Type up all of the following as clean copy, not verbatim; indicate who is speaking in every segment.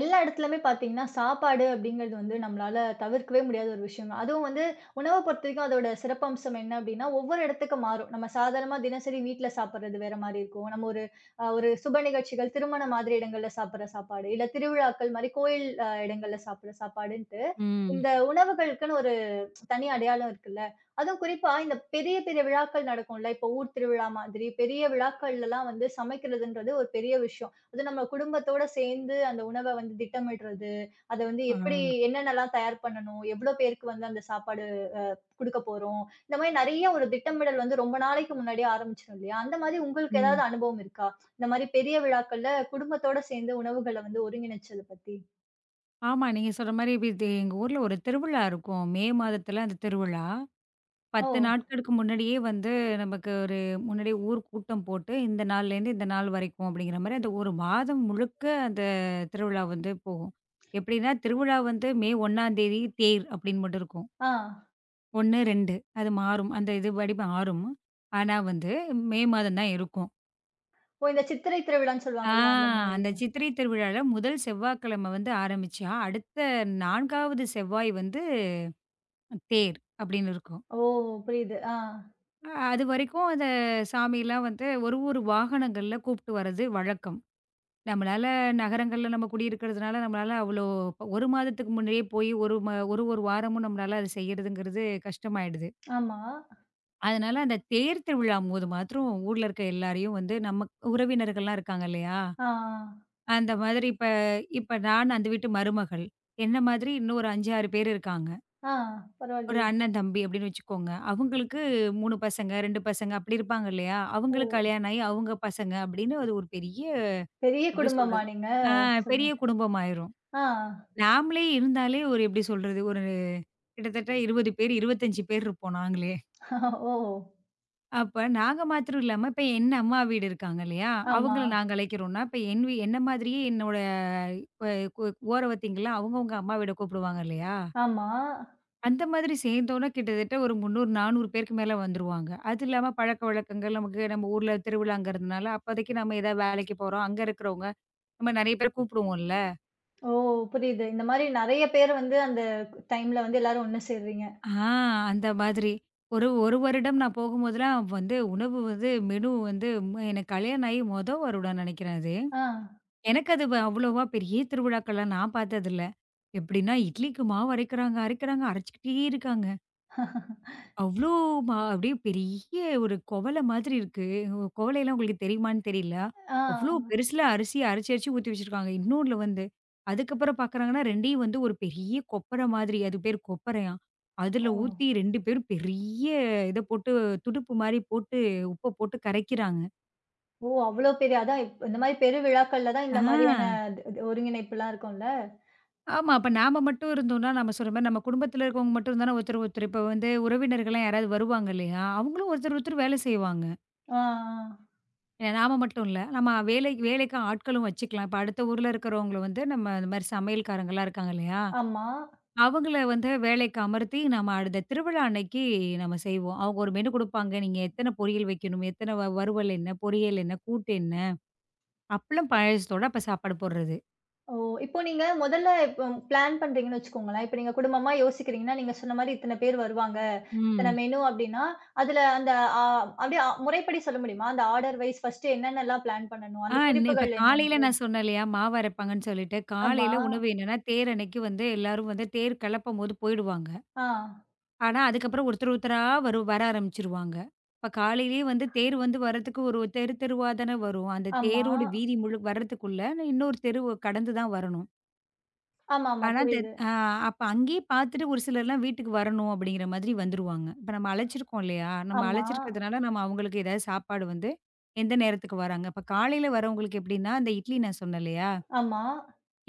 Speaker 1: எல்லா இடத்துலயுமே பார்த்தீங்கன்னா, சாப்பாடு அப்படிங்கிறது வந்து நம்மளால தவிர்க்கவே முடியாத ஒரு விஷயங்க. அதுவும் வந்து உணவ பொறுத்தவரைக்கும் அதோட சிறப்பம்சம் என்ன அப்படின்னா, ஒவ்வொரு இடத்துக்கு மாறும். நம்ம சாதாரணமா தினசரி வீட்ல சாப்பிடுறது வேற மாரி இருக்கும். நம்ம ஒரு சுப நிகழ்ச்சிகள், திருமணம் மாதிரி இடங்கள்ல சாப்பிடுற சாப்பாடு, இல்ல திருவிழாக்கள் மாரி கோயில் இடங்கள்ல சாப்பிடுற சாப்பாடுன்ட்டு,
Speaker 2: ம்.
Speaker 1: இந்த உணவுகளுக்குன்னு ஒரு தனி அடையாளம் இருக்குல்ல. அதுவும் குறிப்பா இந்த பெரிய, பெரிய விழாக்கள் நடக்கும்ல. இப்போ ஊர் திருவிழா மாதிரி, பெரிய விழாக்கள்லலாம் வந்து சமைக்கிறதுன்றது ஒரு பெரிய விஷயம். அதுவும் நம்ம குடும்பத்தோட சேர்ந்து அந்த உணவ வந்து திட்டமிடுறது, அத வந்து
Speaker 2: ஆ.
Speaker 1: எப்படி என்னென்னலாம் தயார் பண்ணணும், எவ்வளோ பேருக்கு வந்து அந்த சாப்பாடு குடுக்கப் போறோம். இந்த மாரி நெறைய ஒரு திட்டமிடல் வந்து ரொம்ப நாளைக்கு முன்னாடியே ஆரம்பிச்சிரும் இல்லையா? அந்த மாரி உங்களுக்கு
Speaker 2: ம்.
Speaker 1: ஏதாவது அனுபவம் இருக்கா? இந்த மாரி பெரிய விழாக்கள்ல குடும்பத்தோட சேர்ந்து உணவுகள வந்து ஒருங்கிணைச்சத பத்தி?
Speaker 2: ஆமா. நீங்க சொல்ற மாரி இப்ப இது எங்க ஊர்ல ஒரு திருவிழா இருக்கும். மே மாதத்துல அந்த திருவிழா.
Speaker 1: ஓ!
Speaker 2: 10 நாட்களுக்கு முன்னாடியே வந்து நமக்கு ஒரு முன்னாடியே ஊர் கூட்டம் போட்டு, இந்த நாள்லேருந்து இந்த நாள் வரைக்கும் அப்படிங்கிற மாரி, அந்த ஒரு மாதம் முழுக்க அந்த திருவிழா வந்து போகும். எப்படின்னா, திருவிழா வந்து மே 1ஆம் தேதி தேர் அப்படின்னு மட்டும் இருக்கும்.
Speaker 1: ஆ.
Speaker 2: 1, 2 அது மாறும். அந்த இதுபடி மாறும். ஆனா வந்து மே மாதம் தான் இருக்கும்.
Speaker 1: ஓ இந்த சித்திரை திருவிழான்னு
Speaker 2: ஆ
Speaker 1: சொல்லுவாங்கல்ல, அந்த மாரி.
Speaker 2: அந்த சித்திரை திருவிழால முதல் செவ்வாய்க்கிழமை வந்து ஆரம்பிச்சா, அடுத்த 4வது செவ்வாய் வந்து தேர் அப்படின்னு இருக்கும்.
Speaker 1: ஓ! புரியுது. ஆ.
Speaker 2: அதுவரைக்கும் அந்த சாமிலாம் வந்து ஒரு ஒரு வாகனங்கள்ல கூப்பிட்டு வர்றது வழக்கம். நம்மளால நகரங்கள்ல நம்ம குடியிருக்கிறதுனால நம்மளால அவ்வளோ 1 மாதத்துக்கு முன்னாடியே போய் ஒரு ம ஒரு ஒரு வாரமும் நம்மளால அத செய்யறதுங்கிறது கஷ்டமாயிடுது.
Speaker 1: ஆமா.
Speaker 2: அதனால அந்த தேர் திருவிழா போது மாத்திரம் ஊர்ல இருக்க எல்லாரையும் வந்து நம்ம உறவினர்கள்லாம் இருக்காங்க இல்லையா?
Speaker 1: ஆ, ஆ.
Speaker 2: அந்த மாதிரி இப்ப இப்ப நான் அந்த வீட்டு மருமகள். என்ன மாதிரி இன்னும் ஒரு 5, 6 பேர் இருக்காங்க.
Speaker 1: ஆ
Speaker 2: ஒரு
Speaker 1: பரவாயில்லையே!
Speaker 2: அண்ணன், தம்பி அப்படின்னு வச்சுக்கோங்க. அவங்களுக்கு 3 பசங்க, 2 பசங்க அப்படி இருப்பாங்க இல்லையா? அவங்களுக்கு
Speaker 1: ஓ!
Speaker 2: கல்யாணம் ஆயி அவங்க பசங்க அப்படின்னு அது ஒரு பெரிய
Speaker 1: பெரிய
Speaker 2: எப்படி
Speaker 1: குடும்பமா
Speaker 2: சொல்றது?
Speaker 1: நீங்க?
Speaker 2: ஆ பெரிய
Speaker 1: சொல்லுங்க.
Speaker 2: குடும்பம் ஆயிரும்.
Speaker 1: ஆ.
Speaker 2: நாமளே இருந்தாலே ஒரு எப்படி சொல்றது? ஒரு கிட்டத்தட்ட 20 பேர், 25 பேர் இருப்போம் நாங்களே.
Speaker 1: ஓ!
Speaker 2: அப்ப நாங்க மாத்திரம் இல்லாம, இப்ப என் அம்மா வீடு இருக்காங்க இல்லையா?
Speaker 1: ஆமா,
Speaker 2: அவங்கள நாங்க அழைக்கிறோம்னா, இப்ப என்ன மாதிரியே என்னோட அ கு ஓரவத்தீங்கலாம் அவங்கவங்க அம்மா வீட கூப்பிடுவாங்க இல்லையா?
Speaker 1: ஆமா.
Speaker 2: அந்த மாதிரி சேர்ந்தோம்னா கிட்டத்தட்ட ஒரு 300, 400 பேருக்கு மேல வந்துருவாங்க. அது இல்லாம பழக்கவழக்கங்கள் நமக்கு நம்ம ஊர்ல திருவிழாங்கிறதுனால, அப்போதைக்கு நம்ம ஏதாவது வேலைக்கு போறோம். அங்க இருக்கிறவங்க நம்ம நெறைய பேர் கூப்பிடுவோம்ல.
Speaker 1: ஓ! புரியுது. இந்த மாரி நெறைய பேர் வந்து அந்த டைம்ல வந்து எல்லாரும் ஒண்ணு சேர்றீங்க.
Speaker 2: ஆ அந்த மாதிரி. ஒரு 1 வருடம் நான் போகும்போதெல்லாம் வந்து உணவு வந்து மெனு வந்து எனக்கு கல்யாணம் ஆகி மொத வருடம் நெனைக்கிறேன் அது.
Speaker 1: ஆ,
Speaker 2: எனக்கு அது வ அவ்வளோவா பெரிய திருவிழாக்கள்லாம் நான் பார்த்ததில்ல. எப்படின்னா, இட்லிக்கு மாவு அரைக்கிறாங்க, அரைக்கிறாங்க, அரைச்சுக்கிட்டே இருக்காங்க. அவ்ளோ அப்படியே பெரிய ஒரு குவளை மாதிரி இருக்கு. குவளைலாம் உங்களுக்கு தெரியுமான்னு தெரியல.
Speaker 1: ஆ.
Speaker 2: அவ்ளோ பெருசுல அரிசிய அரைச்சு, அரைச்சு ஊத்தி வச்சிருக்காங்க. இன்னொன்ல வந்து, அதுக்கப்புறம் பார்க்குறாங்கன்னா 2யும் வந்து ஒரு பெரிய கொப்பரை மாதிரி, அது பேரு கொப்பரையாம்.
Speaker 1: ஓ!
Speaker 2: அதில ஊத்தி 2 பேரும் பெரிய இத போட்டு, துடுப்பு மாரி போட்டு, உப்ப போட்டு கரைக்கிறாங்க.
Speaker 1: ஓ! அவ்ளோ பெரிய அதான் இந்த மாரி பெரு விழாக்கள்ல தான்
Speaker 2: ஆ.
Speaker 1: இந்த மாரியான இது இது ஒருங்கிணைப்புலாம் இருக்கும்ல.
Speaker 2: ஆமா. அப்ப நாம மட்டும் இருந்தோம்னா, நம்ம சொல்ற மாரி நம்ம குடும்பத்தில இருக்கவங்க மட்டும் இருந்தா ஒருத்தர், ஒருத்தர் இப்ப வந்து உறவினர்கள்லாம் யாராவது வருவாங்க இல்லையா? அவங்களும் ஒருத்தர், ஒருத்தர் வேலை செய்வாங்க.
Speaker 1: ஆ, ஆ.
Speaker 2: ஏ நாம மட்டும் இல்ல. நம்ம வேலை வேலைக்கு ஆட்களும் வச்சுக்கலாம். இப்ப அடுத்த ஊர்ல இருக்கிறவங்கள வந்து நம்ம இந்த மாரி சமையல்காரங்கலாம் இருக்காங்க இல்லையா?
Speaker 1: ஆமா.
Speaker 2: அவங்கள வந்து வேலைக்கு அமர்த்தி நம்ம அடுத்த திருவிழா அன்னைக்கு நம்ம செய்வோம். அவங்க ஒரு மெனு குடுப்பாங்க. நீங்க எத்தன பொரியல் வைக்கணும்? எத்தன வறுவல் என்ன? பொரியல் என்ன? கூட்டு என்ன? அப்பளம், பாயாசத்தோட அப்ப சாப்பாடு போடுறது.
Speaker 1: ஓ! இப்போ நீங்க முதல்ல இப்போ பிளான் பண்றீங்கன்னு வச்சுக்கோங்களேன். இப்ப நீங்க குடும்பமா யோசிக்கிறீங்கன்னா, நீங்க சொன்ன மாரி இத்தன பேர் வருவாங்க, இத்தன
Speaker 2: ம்.
Speaker 1: மெனு அப்டின்னா, அதுல அந்த ஆ அப்டியே முறைப்படி சொல்ல முடியுமா? அந்த ஆர்டர் வைஸ் ஃபர்ஸ்ட்டு என்னென்னலாம் பிளான் பண்ணணும்? அந்த
Speaker 2: இப்ப
Speaker 1: குறிப்புகள்
Speaker 2: காலையில
Speaker 1: என்னன்ட்டு?
Speaker 2: நான் சொன்னேன் இல்லையா, மாவு அரைப்பாங்கன்னு சொல்லிட்டு.
Speaker 1: ஆமா.
Speaker 2: காலையில உணவு என்னன்னா, தேர் அன்னைக்கு வந்து எல்லாரும் வந்து தேர் கெளப்பம்போது போயிடுவாங்க.
Speaker 1: ஆ.
Speaker 2: ஆனா, அதுக்கப்புறம் ஒருத்தர் ஒருத்தரா வர ஆரம்பிச்சுருவாங்க. இப்ப காலையிலேயே வந்து தேர் வந்து வரதுக்கு ஒரு தெரு தெருவா தானே வரும். அந்த
Speaker 1: ஆமா.
Speaker 2: தேரோட வீதி முழு வரதுக்குள்ள இன்னொரு தெருவ கடந்து தான் வரணும்.
Speaker 1: ஆமாமா.
Speaker 2: ஆனா, அந்த
Speaker 1: புரியுது.
Speaker 2: ஆ அப்ப அங்கேயே பார்த்துட்டு ஒரு சிலர்லாம் வீட்டுக்கு வரணும் அப்படிங்கிற மாதிரி வந்துருவாங்க. இப்ப நம்ம அழைச்சிருக்கோம் இல்லையா, நம்ம
Speaker 1: ஆமா,
Speaker 2: அழைச்சிருக்கிறதுனால நம்ம அவங்களுக்கு ஏதாவது சாப்பாடு வந்து எந்த நேரத்துக்கு வராங்க. இப்ப காலையில வரவங்களுக்கு எப்படின்னா, அந்த இட்லி நான் சொன்னேன் இல்லையா?
Speaker 1: ஆமா,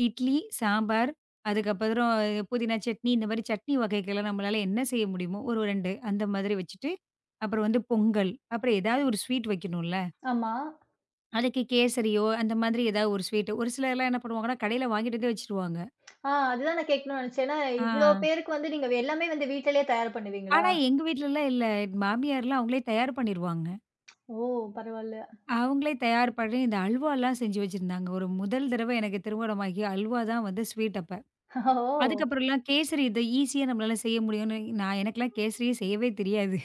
Speaker 2: இட்லி, சாம்பார், அதுக்கப்புறம் புதினா சட்னி, இந்த மாரி சட்னி வகைகள்லாம் நம்மளால என்ன செய்ய முடியுமோ, ஒரு 2 அந்த மாதிரி வச்சுட்டு, அப்புறம் வந்து பொங்கல். அப்புறம் ஏதாவது ஒரு ஸ்வீட் வைக்கணும்ல.
Speaker 1: ஆமா.
Speaker 2: அதுக்கு கேசரியோ, அந்த மாதிரி ஏதாவது ஒரு ஸ்வீட். ஒரு சிலர்லாம் என்ன பண்ணுவாங்கன்னா, கடையில வாங்கிட்டு வந்து வச்சுருவாங்க.
Speaker 1: ஆ அதுதான் நான் கேட்கணும்னு நெனச்சேன். ஏன்னா,
Speaker 2: ஆ.
Speaker 1: இவ்ளோ பேருக்கு வந்து நீங்க எல்லாமே வந்து வீட்டிலேயே தயார் பண்ணுவீங்களா?
Speaker 2: ஆனா, எங்க வீட்லலாம் இல்ல. மாமியார்லாம் அவங்களே தயார் பண்ணிருவாங்க.
Speaker 1: ஓ! பரவால்ல.
Speaker 2: அவங்களே தயார் பண்ணி இந்த அல்வாலாம் செஞ்சு வச்சிருந்தாங்க. ஒரு முதல் தடவ எனக்கு திருமணமாகி அல்வா தான் வந்து ஸ்வீட் அப்ப.
Speaker 1: ஓ!
Speaker 2: அதுக்கப்புறம்லாம் கேசரி இது ஈஸியா நம்மளால செய்ய முடியும்னு நான் எனக்கெல்லாம் கேசரியே செய்யவே தெரியாது.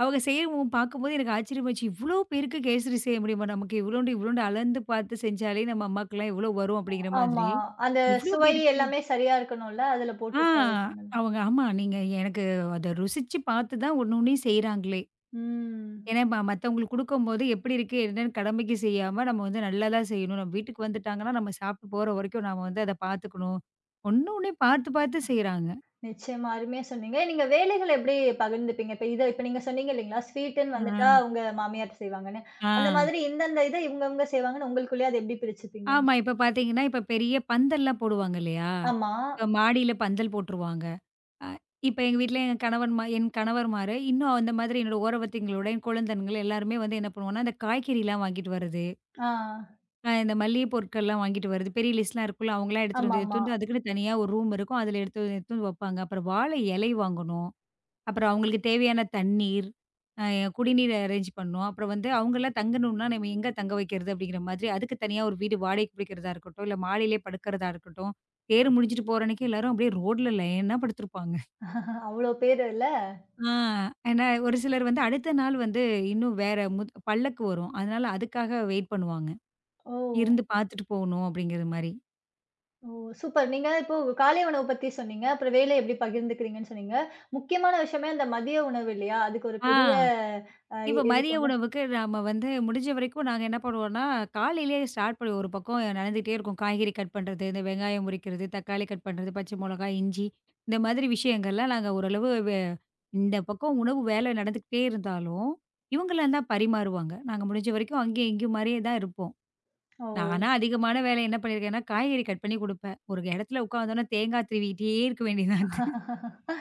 Speaker 2: அவங்க செய்யவும் பார்க்கும்போது எனக்கு ஆச்சரியமாச்சு. இவ்ளோ பேருக்கு கேசரி செய்ய முடியுமா? நமக்கு இவ்ளோண்டு இவ்ளோண்டு அளந்து பார்த்து செஞ்சாலே நம்ம அம்மாக்கெல்லாம் இவ்ளோ வரும் அப்படிங்கிற
Speaker 1: ஆமா.
Speaker 2: மாதிரி.
Speaker 1: அந்த
Speaker 2: இவ்ளோ
Speaker 1: சுவை
Speaker 2: பேருக்கு
Speaker 1: எல்லாமே சரியா இருக்கணும்ல. அதுல
Speaker 2: ஆ
Speaker 1: போட்டு
Speaker 2: அவங்க ஆமா. நீங்க எனக்கு அத ருசிச்சு பார்த்து தான் ஒண்ணு ஒண்ணையும் செய்றாங்களே.
Speaker 1: ம்.
Speaker 2: ஏன்னா மத்தவங்களுக்கு குடுக்கும்போது எப்படி இருக்கு என்னன்னு கடமைக்கு செய்யாம நம்ம வந்து நல்லா தான் செய்யணும். நம்ம வீட்டுக்கு வந்துட்டாங்கன்னா, நம்ம சாப்பிட்டு போற வரைக்கும் நாம வந்து அத பார்த்துக்கணும். ஒண்ணு ஒண்ணையும் பார்த்து பார்த்து செய்றாங்க.
Speaker 1: நிச்சயமா. அருமையா சொன்னீங்க. நீங்க வேலைகள எப்படி பகிர்ந்துப்பீங்க? இப்ப இப்ப நீங்க சொன்னீங்க இல்லீங்களா? ஸ்வீட்டுன்னு
Speaker 2: ஆ,
Speaker 1: வந்துட்டா உங்க மாமியார் செய்வாங்கன்னு.
Speaker 2: ஆ.
Speaker 1: அந்த மாதிரி இந்தந்த இவங்க இவங்க செய்வாங்கன்னு உங்களுக்குள்ளயே அத எப்படி பிரிச்சுப்பீங்க?
Speaker 2: ஆமா. இப்ப பார்த்தீங்கன்னா, இப்ப பெரிய பந்தல்லாம் போடுவாங்க இல்லையா?
Speaker 1: ஆமா.
Speaker 2: இப்ப மாடியில பந்தல் போட்டுருவாங்க. அ இப்ப எங்க வீட்ல என் கணவன் மா என் கணவர்மாரு, இன்னும் அந்த மாதிரி என்னோட ஓரவத்தைங்களோட, என் குழந்தன்கள் எல்லாருமே வந்து என்ன பண்ணுவோம்னா, அந்த காய்கறிலாம் வாங்கிட்டு வரது,
Speaker 1: ஆ.
Speaker 2: இந்த மல்லிகை பொருட்கள்லாம் வாங்கிட்டு வரது, பெரிய லிஸ்ட்லாம் இருக்கும்ல, அவங்கலாம் எடுத்துட்டு வந்து, எடுத்துட்டு
Speaker 1: ஆமாமா.
Speaker 2: வந்து அதுக்குன்னு தனியா ஒரு ரூம் இருக்கும். அதில எடுத்து வந்து எடுத்து வந்து வைப்பாங்க. அப்புறம் வாழை இலை வாங்கணும். அப்புறம் அவங்களுக்கு தேவையான தண்ணீர், அ குடிநீர் அரேஞ்ச் பண்ணோம். அப்புறம் வந்து அவங்கலாம் தங்கணும்னா, நம்ம எங்க தங்க வைக்கிறது அப்படிங்கிற மாதிரி, அதுக்கு தனியா ஒரு வீடு வாடகைக்கு பிடிக்கிறதா இருக்கட்டும், இல்ல மாடியிலே படுக்கிறதா இருக்கட்டும். தேர் முடிஞ்சுட்டு போற அன்னைக்கு எல்லாரும் அப்படியே ரோட்ல லைனா படுத்திருப்பாங்க.
Speaker 1: அவ்ளோ பேரு இல்ல?
Speaker 2: ஆ ஏன்னா ஒரு சிலர் வந்து அடுத்த நாள் வந்து இன்னும் வேற முத் பல்லக்கு வரும். அதனால அதுக்காக வெயிட் பண்ணுவாங்க.
Speaker 1: ஓ!
Speaker 2: இருந்து பார்த்துட்டு போணும் அப்படிங்கிற மாரி.
Speaker 1: ஓ! சூப்பர். நீங்க இப்போ காலை உணவு பத்தி சொன்னீங்க. அப்புறம் வேலைய எப்படி பகிர்ந்துக்கிறீங்கன்னு சொன்னீங்க. முக்கியமான விஷயமே அந்த மதிய உணவு இல்லையா? அதுக்கு ஒரு
Speaker 2: ஆ.
Speaker 1: பெரிய அ
Speaker 2: இப்ப மதிய
Speaker 1: இருக்கும்ல.
Speaker 2: உணவுக்கு நாம வந்து முடிஞ்ச வரைக்கும் நாங்க என்ன பண்ணுவோம்னா, காலையிலேயே ஸ்டார்ட் பண்ணி ஒரு பக்கம் நடந்துகிட்டே இருக்கும். காய்கறி கட் பண்றது, இந்த வெங்காயம் உரிக்கிறது, தக்காளி கட் பண்றது, பச்சை மிளகாய், இஞ்சி இந்த மாதிரி விஷயங்கள்லாம் நாங்க ஓரளவு வே இந்த பக்கம் உணவு வேலை நடந்துக்கிட்டே இருந்தாலும், இவங்கலாம் தான் பரிமாறுவாங்க. நாங்க முடிஞ்ச வரைக்கும் அங்கேயும் இங்கேயும் மாரியே தான் இருப்போம்.
Speaker 1: ஓ!
Speaker 2: நானா அதிகமான வேலை என்ன பண்ணியிருக்கேன்னா, காய்கறி கட் பண்ணி குடுப்பேன். ஒரு இடத்துல உட்காந்தோன்னா தேங்காய் திருவிட்டே இருக்க வேண்டியதா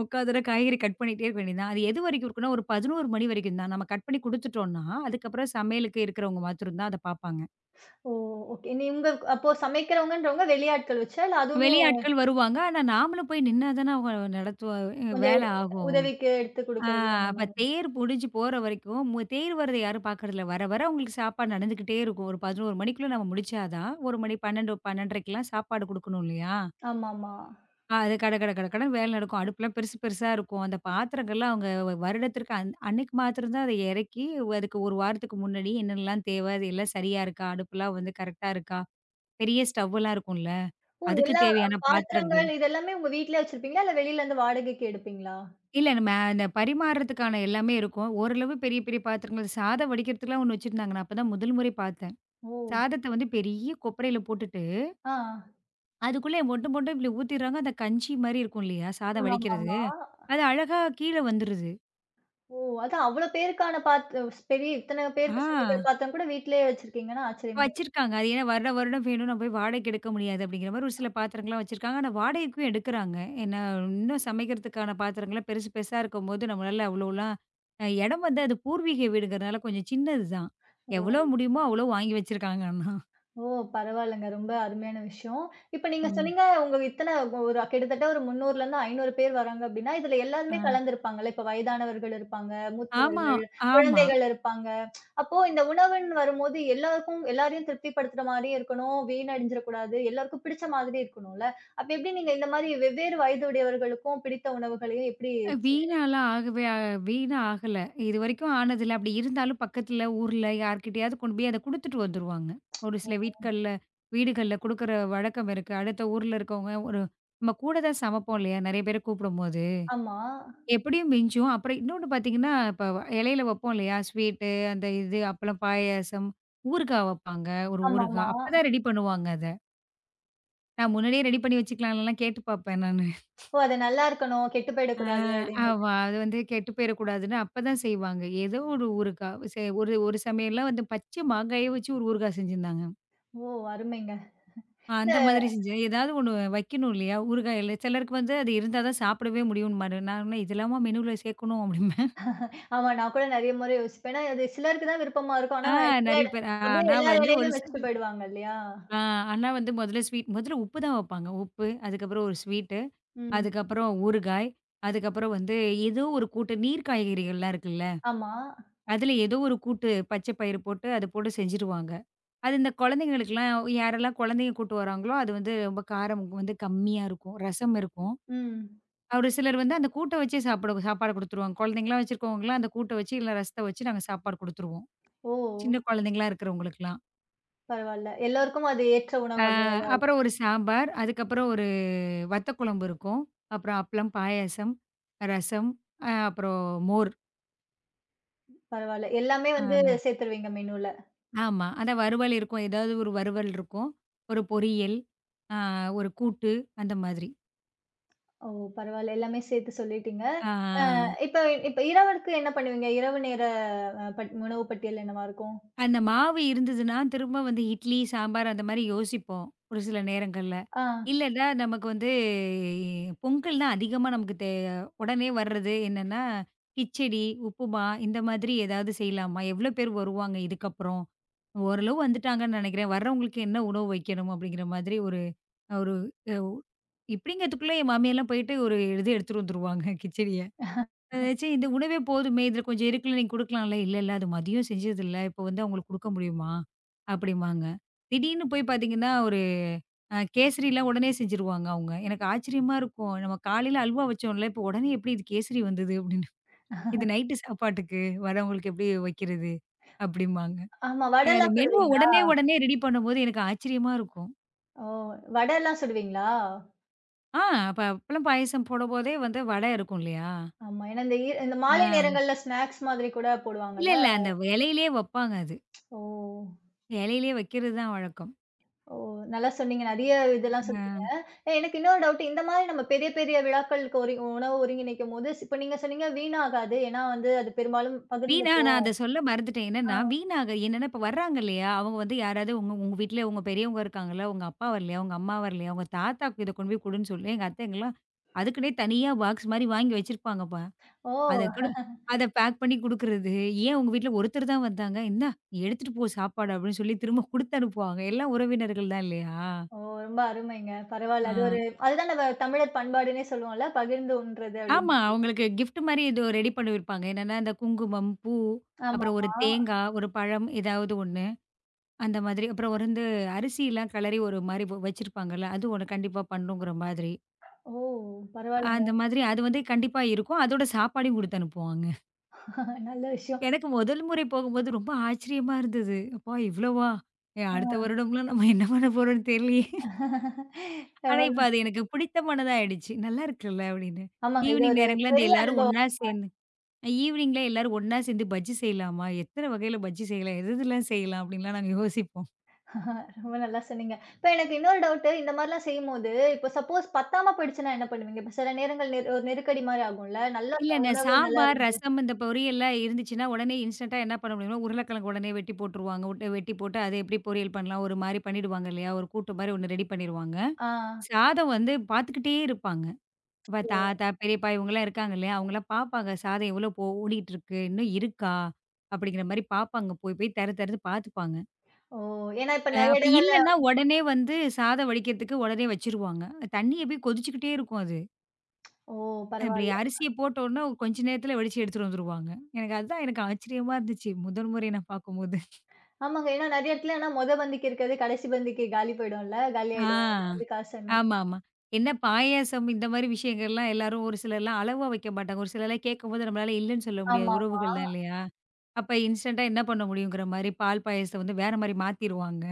Speaker 2: உட்காந்துனா காய்கறி கட் பண்ணிட்டே இருக்க வேண்டியது தான். அது எதுவரைக்கும் இருக்குன்னா, ஒரு 11 மணி வரைக்கும் தான். நம்ம கட் பண்ணி குடுத்துட்டோம்ன்னா, அதுக்கப்புறம் சமையலுக்கு இருக்கிறவங்க மாத்திரம் தான் அத பார்ப்பாங்க.
Speaker 1: ஓ! ஓகே. உங்க அப்போ சமைக்கிறவங்கன்றவங்க வெளியாட்கள் வச்சா? இல்ல அதுவுமே
Speaker 2: வெளியாட்கள் வருவாங்க. ஆனா, நாமளும் போய் நின்னா தானே அவங்க நடத்துவ
Speaker 1: கொஞ்சம் எ
Speaker 2: வேலை ஆகும்.
Speaker 1: உதவிக்கு எடுத்து
Speaker 2: ஆ
Speaker 1: குடுக்குறது அந்த
Speaker 2: அப்ப
Speaker 1: மாதிரி.
Speaker 2: தேர் முடிஞ்சு போற வரைக்கும், தேர் வர்றத யாரும் பார்க்கறதில்ல. வர வர அவங்களுக்கு சாப்பாடு நடந்துகிட்டே இருக்கும். ஒரு 11 மணிக்குள்ள நம்ம முடிச்சா தான், 1 மணி 12, 12:30க்கெல்லாம் சாப்பாடு குடுக்கணும் இல்லையா?
Speaker 1: ஆமாமா.
Speaker 2: அது கட கட கட கடன்னு வேலை நடக்கும். அடுப்புலாம் பெருசு பெருசா இருக்கும். அந்த பாத்திரங்கள்லாம் அவங்க வருடத்திற்கு அன்னைக்கு மாத்திரம் தான் அத இறக்கி, அதுக்கு 1 வாரத்துக்கு முன்னாடி என்னென்னலாம் தேவை? அது எல்லாம் சரியா இருக்கா? அடுப்புலாம் வந்து கரெக்ட்டா இருக்கா? பெரிய ஸ்டவ்லாம் இருக்கும்ல.
Speaker 1: ஓ!
Speaker 2: அதுக்கு
Speaker 1: எல்லா
Speaker 2: தேவையான பாத்திரங்கள்.
Speaker 1: பாத்திரங்கள் இது எல்லாமே உங்க வீட்லயே வச்சிருப்பீங்களா? இல்ல வெளிலருந்து வாடகைக்கு எடுப்பீங்களா?
Speaker 2: இல்ல நம்ம அந்த பரிமாறுறதுக்கான எல்லாமே இருக்கும். ஓரளவு பெரிய பெரிய பாத்திரங்கள் சாதம் வடிக்கிறதுக்குலாம் ஒண்ணு வச்சிருந்தாங்க. நான் அப்ப தான் முதல் முறை பார்த்தேன்.
Speaker 1: ஓ!
Speaker 2: சாதத்த வந்து பெரிய கொப்பரையில போட்டுட்டு,
Speaker 1: ஆ.
Speaker 2: அதுக்குள்ள மொண்டு மொண்டு இப்படி ஊத்திர்றாங்க. அந்த கஞ்சி மாரி இருக்கும் இல்லையா? சாதம் வடிக்கிறது.
Speaker 1: ஆமாமாமா.
Speaker 2: அது அழகா கீழ வந்துருது.
Speaker 1: ஓ! அதான் அவ்ளோ பேருக்கான பெரிய இத்தன
Speaker 2: ஆ.
Speaker 1: பேருக்கு சமைக்கிற பாத்திரம் கூட வீட்லயே வச்சிருக்கீங்கன்னா ஆச்சரியமா
Speaker 2: வச்சிருக்காங்க. அது ஏன்னா வருட வருடம் வேணும். நான் போய் வாடகைக்கு எடுக்க முடியாது அப்படிங்கிற மாரி ஒரு சில பாத்திரங்கள்லாம் வச்சிருக்காங்க. ஆனா வாடகைக்கும் எடுக்குறாங்க. ஏன்னா இன்னும் சமைக்கிறதுக்கான பாத்திரங்கள்லாம் பெருசு பெருசா இருக்கும்போது நம்மளால அவ்வளோலாம் இடம் வந்து அது பூர்வீக வீடுங்கிறனால கொஞ்சம் சின்னது தான். எவ்வளோ முடியுமோ அவ்வளோ வாங்கி வச்சிருக்காங்க ஆனா.
Speaker 1: ஓ! பரவாயில்லங்க. ரொம்ப அருமையான விஷயம். இப்ப நீங்க
Speaker 2: ம்.
Speaker 1: சொன்னீங்க, உங்க இத்தன ஒரு கிட்டத்தட்ட ஒரு 300லருந்து 500 பேர் வராங்க அப்படின்னா, இதுல எல்லாருமே
Speaker 2: ஆ.
Speaker 1: கலந்திருப்பாங்கல்ல. இப்ப வயதானவர்கள் இருப்பாங்க,
Speaker 2: ஆமா,
Speaker 1: மூத்தவர்கள்,
Speaker 2: ஆமா.
Speaker 1: குழந்தைகள் இருப்பாங்க. அப்போ இந்த உணவுன்னு வரும்போது எல்லாருக்கும் எல்லாரையும் திருப்திப்படுத்துற மாரியும் இருக்கணும், வீணடிஞ்சிரக்கூடாது, எல்லாருக்கும் பிடிச்ச மாதிரி இருக்கணும்ல. அப்ப எப்படி நீங்க இந்த மாரி வெவ்வேறு வயதுடையவர்களுக்கும் பிடித்த உணவுகளையும் எப்படி
Speaker 2: அ
Speaker 1: செ
Speaker 2: வீணாலாம் ஆகவே ஆ வீணா ஆகல. இதுவரைக்கும் ஆனதில்ல. அப்படி இருந்தாலும் பக்கத்துல ஊர்ல யார்கிட்டயாவது கொண்டு போய் அத குடுத்துட்டு வந்துருவாங்க. ஒரு சில வீட்கள்ல வீடுகள்ல குடுக்குற வழக்கம் இருக்கு. அடுத்த ஊர்ல இருக்கவங்க ஒரு நம்ம கூட தான் சமைப்போம் இல்லையா? நெறைய பேர கூப்பிடும்போது.
Speaker 1: ஆமா.
Speaker 2: எப்படியும் மிஞ்சும். அப்புறம் இன்னொன்னு பார்த்தீங்கன்னா, இப்ப இலையில வைப்போம் இல்லையா? ஸ்வீட்டு, அந்த இது அப்பளம், பாயாசம், ஊறுகாய் வைப்பாங்க. ஒரு
Speaker 1: ஆமாமா.
Speaker 2: ஊறுகாய். அப்பதான் ரெடி பண்ணுவாங்க அத. நான் முன்னாடியே ரெடி பண்ணி வச்சுக்கலாம்லலாம் கேட்டு பார்ப்பேன் நானு.
Speaker 1: ஓ! அது நல்லா இருக்கணும், கெட்டு
Speaker 2: ஆ,
Speaker 1: போயிடக்கூடாது அப்படின்னு.
Speaker 2: ஆமா. அது வந்து கெட்டு போயிறக்கூடாதுன்னு அப்பதான் செய்வாங்க. ஏதோ ஒரு ஊறுகா. செ ஒரு ஒரு சமையல்லாம் வந்து பச்சை மாங்காய வச்சு ஒரு ஊறுகா செஞ்சிருந்தாங்க.
Speaker 1: ஓ! அருமைங்க.
Speaker 2: அந்த மாதிரி செஞ்சேன். ஏதாவது ஒண்ணு வைக்கணும் இல்லையா? ஊறுகாயில சிலருக்கு வந்து அது இருந்தா தான் சாப்பிடவே முடியும்னு மாரி. நான் சொன்னேன், "இதெல்லாமா மெனுல சேர்க்கணும்" அப்படிம்பேன்.
Speaker 1: ஆமா. நான் கூட நெறைய முறை யோசிப்பேன். ஏன்னா அது சிலருக்கு தான் விருப்பமா இருக்கும்.
Speaker 2: ஆ
Speaker 1: ஆனா
Speaker 2: நெறைய
Speaker 1: சிலர்
Speaker 2: பேர்
Speaker 1: அப்படியே
Speaker 2: ஆனா
Speaker 1: எல்லா
Speaker 2: வந்து ஒரு
Speaker 1: வேலையிலும்
Speaker 2: ச
Speaker 1: வச்சுட்டு போயிடுவாங்க இல்லையா?
Speaker 2: ஆ ஆனா வந்து முதல்ல ஸ்வீட் முதல்ல உப்பு தான் வைப்பாங்க. உப்பு, அதுக்கப்புறம் ஒரு ஸ்வீட்டு,
Speaker 1: ம்.
Speaker 2: அதுக்கப்புறம் ஊறுகாய், அதுக்கப்புறம் வந்து ஏதோ ஒரு கூட்டு நீர் காய்கறிகள்லாம் இருக்குல்ல,
Speaker 1: ஆமா.
Speaker 2: அதுல ஏதோ ஒரு கூட்டு பச்சை பயிறு போட்டு, அது போட்டு செஞ்சுருவாங்க. அது இந்த குழந்தைங்களுக்குலாம் யாரெல்லாம் குழந்தைங்க கூட்டு வராங்களோ, அது வந்து ரொம்ப காரம் வந்து கம்மியா இருக்கும். ரசம் இருக்கும்.
Speaker 1: ம்.
Speaker 2: ஒரு சிலர் வந்து அந்த கூட்ட வச்சே சாப்பிட சாப்பாடு குடுத்துருவாங்க. குழந்தைங்கலாம் வச்சிருக்கவங்கலாம் அந்த கூட்ட வச்சு, இல்ல ரசத்த வச்சு நாங்க சாப்பாடு குடுத்துருவோம்.
Speaker 1: ஓ!
Speaker 2: சின்ன குழந்தைங்களா இருக்கிறவங்களுக்குலாம்.
Speaker 1: பரவால்ல. எல்லோருக்கும் அது ஏற்ற
Speaker 2: ஆ
Speaker 1: உணவா
Speaker 2: அப்புறம் ஒரு சாம்பார், அதுக்கப்புறம் ஒரு வத்த குழம்பு இருக்கும். அப்புறம் அப்பளம், பாயாசம், ரசம், அப்புறம் மோர்.
Speaker 1: பரவால்ல. எல்லாமே வந்து
Speaker 2: ஆ
Speaker 1: சேர்த்துருவீங்க மெனுல.
Speaker 2: ஆமா. அதான் வறுவல் இருக்கும். ஏதாவது ஒரு வறுவல் இருக்கும். ஒரு பொரியல், ஆ ஒரு கூட்டு அந்த மாதிரி.
Speaker 1: ஓ! பரவால்ல. எல்லாமே சேர்த்து சொல்லிட்டீங்க.
Speaker 2: ஆ.
Speaker 1: இப்ப இப்ப இரவுக்கு என்ன பண்ணுவீங்க? இரவு நேர அ உணவு பட்டியல் என்னவா இருக்கும்?
Speaker 2: அந்த மாவு இருந்ததுன்னா, திரும்ப வந்து இட்லி, சாம்பார் அந்த மாரி யோசிப்போம். ஒரு சில நேரங்கள்ல.
Speaker 1: ஆ.
Speaker 2: இல்லன்னா நமக்கு வந்து பொங்கல் தான் அதிகமா நமக்கு தே உடனே வர்றது என்னன்னா, கிச்சடி, உப்புமா இந்த மாதிரி ஏதாவது செய்யலாமா? எவ்ளோ பேர் வருவாங்க இதுக்கப்புறம்? ஓரளவு வந்துட்டாங்கன்னு நெனைக்கிறேன். வர்றவங்களுக்கு என்ன உணவு வைக்கணும்? அப்படிங்கிற மாதிரி ஒரு ஒரு இப்படிங்கிறதுக்குள்ள என் மாமியார்லாம் போயிட்டு ஒரு இது எடுத்துட்டு வந்துருவாங்க கிச்சடிய. சரி இந்த உணவே போதுமே, இதில கொஞ்சம் இருக்குல்ல நீங்க குடுக்கலாம்ல. இல்ல, இல்ல அது மதியம் செஞ்சதில்ல. இப்போ வந்து அவங்களுக்கு குடுக்க முடியுமா? அப்படிம்பாங்க. திடீர்னு போய் பார்த்தீங்கன்னா, ஒரு கேசரிலாம் உடனே செஞ்சுருவாங்க அவங்க. எனக்கு ஆச்சரியமா இருக்கும். நம்ம காலையில அல்வா வச்சோம்ல, இப்போ உடனே எப்படி இது கேசரி வந்தது அப்படின்னு. இது நைட்டு சாப்பாட்டுக்கு வரவங்களுக்கு எப்படி வைக்கிறது? அப்படிம்பாங்க.
Speaker 1: ஆமா.
Speaker 2: எனக்கு அந்த
Speaker 1: வடலாம்
Speaker 2: மெனுவ
Speaker 1: சுடுவீங்களா?
Speaker 2: உடனே உடனே ரெடி பண்ணும்போது எனக்கு ஆச்சரியமா இருக்கும்.
Speaker 1: ஓ! வடலாம் சுடுவீங்களா?
Speaker 2: ஆ அப்ப அப்பளம் பாயாசம் போடும்போதே வந்து வடை இருக்கும் இல்லையா?
Speaker 1: ஆமா. ஏன்னா இந்த இந்த
Speaker 2: ஆ.
Speaker 1: மாலை நேரங்கள்ல ஸ்நாக்ஸ் மாதிரி கூட
Speaker 2: இல்ல,
Speaker 1: போடுவாங்கல்ல.
Speaker 2: இல்ல அந்த இலையிலேயே வப்பாங்க அது.
Speaker 1: ஓ!
Speaker 2: இலையிலேயே வைக்கிறது தான் வழக்கம்.
Speaker 1: ஓ! நல்லா சொன்னீங்க. நெறைய இதெல்லாம் சொன்னீங்க.
Speaker 2: அ.
Speaker 1: அ எனக்கு இன்னொரு டவுட். இந்த மாதிரி நம்ம பெரிய பெரிய விழாக்களுக்கு ஒரு உணவு ஒருங்கிணைக்கும்போது, இப்ப நீங்க சொன்னீங்க வீணாகாது. ஏன்னா வந்து அது பெரும்பாலும் பகிர்ந்து
Speaker 2: வீணா நான் அத சொல்ல மறந்துட்டேன். என்னன்னா,
Speaker 1: ஆ.
Speaker 2: வீணாக என்னன்னா இப்ப வர்றாங்க இல்லையா? அவங்க வந்து யாராவது உங்க உங்க வீட்ல உங்க பெரியவங்க இருக்காங்கல்ல, உங்க அப்பா வரலையா? உங்க அம்மா வரலையா? உங்க தாத்தாக்கு இத கொண்டு போய் குடுன்னு சொல்லி எங்க அத்தை எங்கலாம் அதுக்குன்னே தனியா பாக்ஸ் மாரி வாங்கி வச்சிருப்பாங்கப்பா.
Speaker 1: ஓ!
Speaker 2: அத கூட அத பேக் பண்ணி குடுக்குறது. ஏன் உங்க வீட்ல ஒருத்தர் தான் வந்தாங்க. "இந்தா நீ எடுத்துட்டு போ சாப்பாடு" அப்படின்னு சொல்லி திரும்ப குடுத்து அனுப்புவாங்க. எல்லாம் உறவினர்கள் தான் இல்லையா?
Speaker 1: ஓ! ரொம்ப அருமைங்க.
Speaker 2: ஆ.
Speaker 1: பரவால்ல. அது ஒரு அதுதான் நம்ம தமிழர் பண்பாடுன்னே சொல்லுவோம்ல. பகிர்ந்து உண்றது அப்படின்னு.
Speaker 2: ஆமா. அவங்களுக்கு கிஃப்ட் மாரி ஏதோ ரெடி பண்ணிருப்பாங்க. என்னன்னா, இந்த குங்குமம், பூ, அப்புறம் ஒரு
Speaker 1: ஆமாமா.
Speaker 2: தேங்கா, ஒரு பழம் ஏதாவது ஒண்ணு. அந்த மாதிரி. அப்புறம் ஒரு வந்து அரிசிலாம் கெளரி ஒரு மாரி வச்சிருப்பாங்கல்ல. அது ஒண்ணு கண்டிப்பா பண்ணுங்கிற மாதிரி.
Speaker 1: ஓ! பரவால்லங்க.
Speaker 2: அந்த மாதிரி அது வந்து கண்டிப்பா இருக்கும். அதோட சாப்பாடையும் குடுத்து அனுப்புவாங்க.
Speaker 1: நல்ல விஷயம்.
Speaker 2: எனக்கு முதல் முறை போகும்போது ரொம்ப ஆச்சரியமா இருந்தது. அப்பா இவ்வளவா? அடுத்த வருடம்லாம் நம்ம என்ன பண்ண போறோம்னு தெரியலையே! ஆனா இப்ப அது எனக்கு பிடித்தமானதா ஆயிடுச்சு. நல்லா இருக்குல்ல அப்படின்னு.
Speaker 1: ஆமாங்க. இது
Speaker 2: ஈவினிங்
Speaker 1: ஒரு
Speaker 2: நேரங்கள்ல அந்த
Speaker 1: பெரிய
Speaker 2: எல்லாரும்
Speaker 1: அனுபவம்.
Speaker 2: ஒண்ணா சேர்ந்து ஈவினிங்ல எல்லாரும் ஒண்ணா சேர்ந்து பஜ்ஜி செய்யலாமா? எத்தன வகையில பஜ்ஜி செய்யலாம்? எது எதுலாம் செய்யலாம்? அப்படின்லாம் நாங்க யோசிப்போம்.
Speaker 1: ரொம்ப நல்லா சொன்னீங்க. இப்ப எனக்கு இன்னொரு டவுட்டு, இந்த மாரிலாம் செய்யும்போது, இப்போ சப்போஸ் பத்தாம போயிடுச்சுன்னா என்ன பண்ணுவீங்க? இப்ப சில நேரங்கள் ஒரு நெருக்கடி மாரி ஆகும்ல. நல்ல
Speaker 2: இல்ல நான்
Speaker 1: உணவு நல்லா
Speaker 2: சாம்பார்,
Speaker 1: இருக்கு.
Speaker 2: ரசம் இந்த பொரியல்லாம் இருந்துச்சுன்னா, உடனே இன்ஸ்டன்ட்டா என்ன பண்ண முடியும்னா, உருளைக்கிழங்கு உடனே வெட்டி போட்டுருவாங்க. வெட்டி போட்டு அத எப்படி பொரியல் பண்ணலாம்? ஒரு மாரி பண்ணிடுவாங்க இல்லையா? ஒரு கூட்டு மாரி ஒண்ணு ரெடி பண்ணிருவாங்க.
Speaker 1: ஆ.
Speaker 2: சாதம் வந்து பார்த்துக்கிட்டே இருப்பாங்க. இப்ப
Speaker 1: ஓ!
Speaker 2: தாத்தா, பெரியப்பா இவங்கலாம் இருக்காங்க இல்லையா? அவங்கலாம் பார்ப்பாங்க. சாதம் எவ்வளோ ஓடிட்டுருக்கு? இன்னும் இருக்கா? அப்படிங்கிற மாரி பார்ப்பாங்க. போய் போய் தெற தெறன்னு பார்த்துப்பாங்க.
Speaker 1: ஓ! ஏன்னா இப்ப நெறைய
Speaker 2: அப்ப
Speaker 1: இடங்கள்ல
Speaker 2: இல்லன்னா, உடனே வந்து சாதம் வடிக்கிறதுக்கு உடனே வச்சுருவாங்க. தண்ணி எப்பயும் கொதிச்சுக்கிட்டே இருக்கும் அது.
Speaker 1: ஓ!
Speaker 2: இப்படி
Speaker 1: பரவால்ல.
Speaker 2: அரிசிய போட்ட உடனே கொஞ்ச நேரத்துல வெடிச்சு எடுத்துட்டு வந்துருவாங்க. எனக்கு அதுதான் எனக்கு ஆச்சரியமா இருந்துச்சு. முதல் முறை நான் பார்க்கும்போது.
Speaker 1: ஆமாங்க. ஏன்னா நெறைய இடத்துல ஆனா மொத பந்திக்கு இருக்கிறது, கடைசி பந்திக்கு காலி போயிடும்ல.
Speaker 2: ஆ.
Speaker 1: காலியாயிடும். வந்து காசு என்ன
Speaker 2: ஆமாமா. என்ன பாயாசம் இந்த மாரி விஷயங்கள்லாம் எல்லாரும் ஒரு சிலர்லாம் அளவா வைக்க மாட்டாங்க. ஒரு சிலர்லாம் கேட்கும்போது நம்மளால இல்லன்னு சொல்ல முடியாது.
Speaker 1: ஆமா.
Speaker 2: உறவுகள் தான் இல்லையா? அப்ப இன்ஸ்டன்ட்டா என்ன பண்ண முடியுங்கிற மாரி பால் பாயாசத்த வந்து வேற மாரி மாத்திருவாங்க.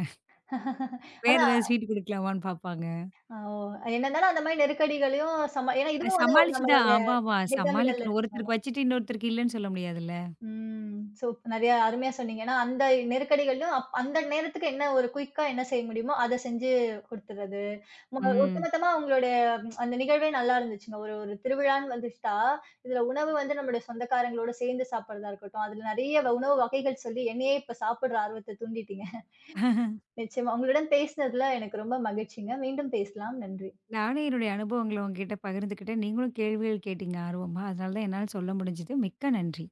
Speaker 2: வேற
Speaker 1: அதான்.
Speaker 2: ஏதாவது ஸ்வீட் குடுக்கலாமான்னு பார்ப்பாங்க.
Speaker 1: ஆ, ஓ! என்ன இருந்தாலும் அந்த மாரி நெருக்கடிகளையும் ஏன்னா
Speaker 2: அது
Speaker 1: இதுவும் வந்து ஒரு
Speaker 2: சமாளிச்சு தான்
Speaker 1: நம்மளோட
Speaker 2: ஆமாமா
Speaker 1: திட்டமிடல்
Speaker 2: சமாளிக்கணும். ஒருத்தருக்கு வச்சுட்டு இன்னொருத்தருக்கு இல்லன்னு சொல்ல முடியாதுல்ல.
Speaker 1: ம். நெறையா அருமையா சொன்னீங்க. ஏன்னா, அந்த நெருக்கடிகள்லயும் அந்த நேரத்துக்கு என்ன ஒரு குயிக்கா என்ன செய்ய முடியுமோ, அத செஞ்சு குடுத்துறது.
Speaker 2: ம்.
Speaker 1: ஒட்டுமொத்தமா உங்களுடைய ம், அந்த நிகழ்வே நல்லா இருந்துச்சுங்க. ஒரு ஒரு திருவிழான்னு வந்துச்சுட்டா, இதுல உணவு வந்து நம்முடைய சொந்தக்காரங்களோட சேர்ந்து சாப்பிடுறதா இருக்கட்டும், அதுல நெறைய உணவு வகைகள் சொல்லி என்னையே இப்ப சாப்பிடுற ஆர்வத்த தூண்டிட்டீங்க. நிச்சயமா. உங்களுடன் பேசினதுல எனக்கு ரொம்ப மகிழ்ச்சிங்க. மீண்டும் பேசலாம். நன்றி.
Speaker 2: நானும் என்னுடைய அனுபவங்கள உங்ககிட்ட பகிர்ந்துக்கிட்டேன். நீங்களும் கேள்விகள் கேட்டீங்க ஆர்வமா. அதனால தான் என்னால சொல்ல முடிஞ்சது. மிக்க நன்றி.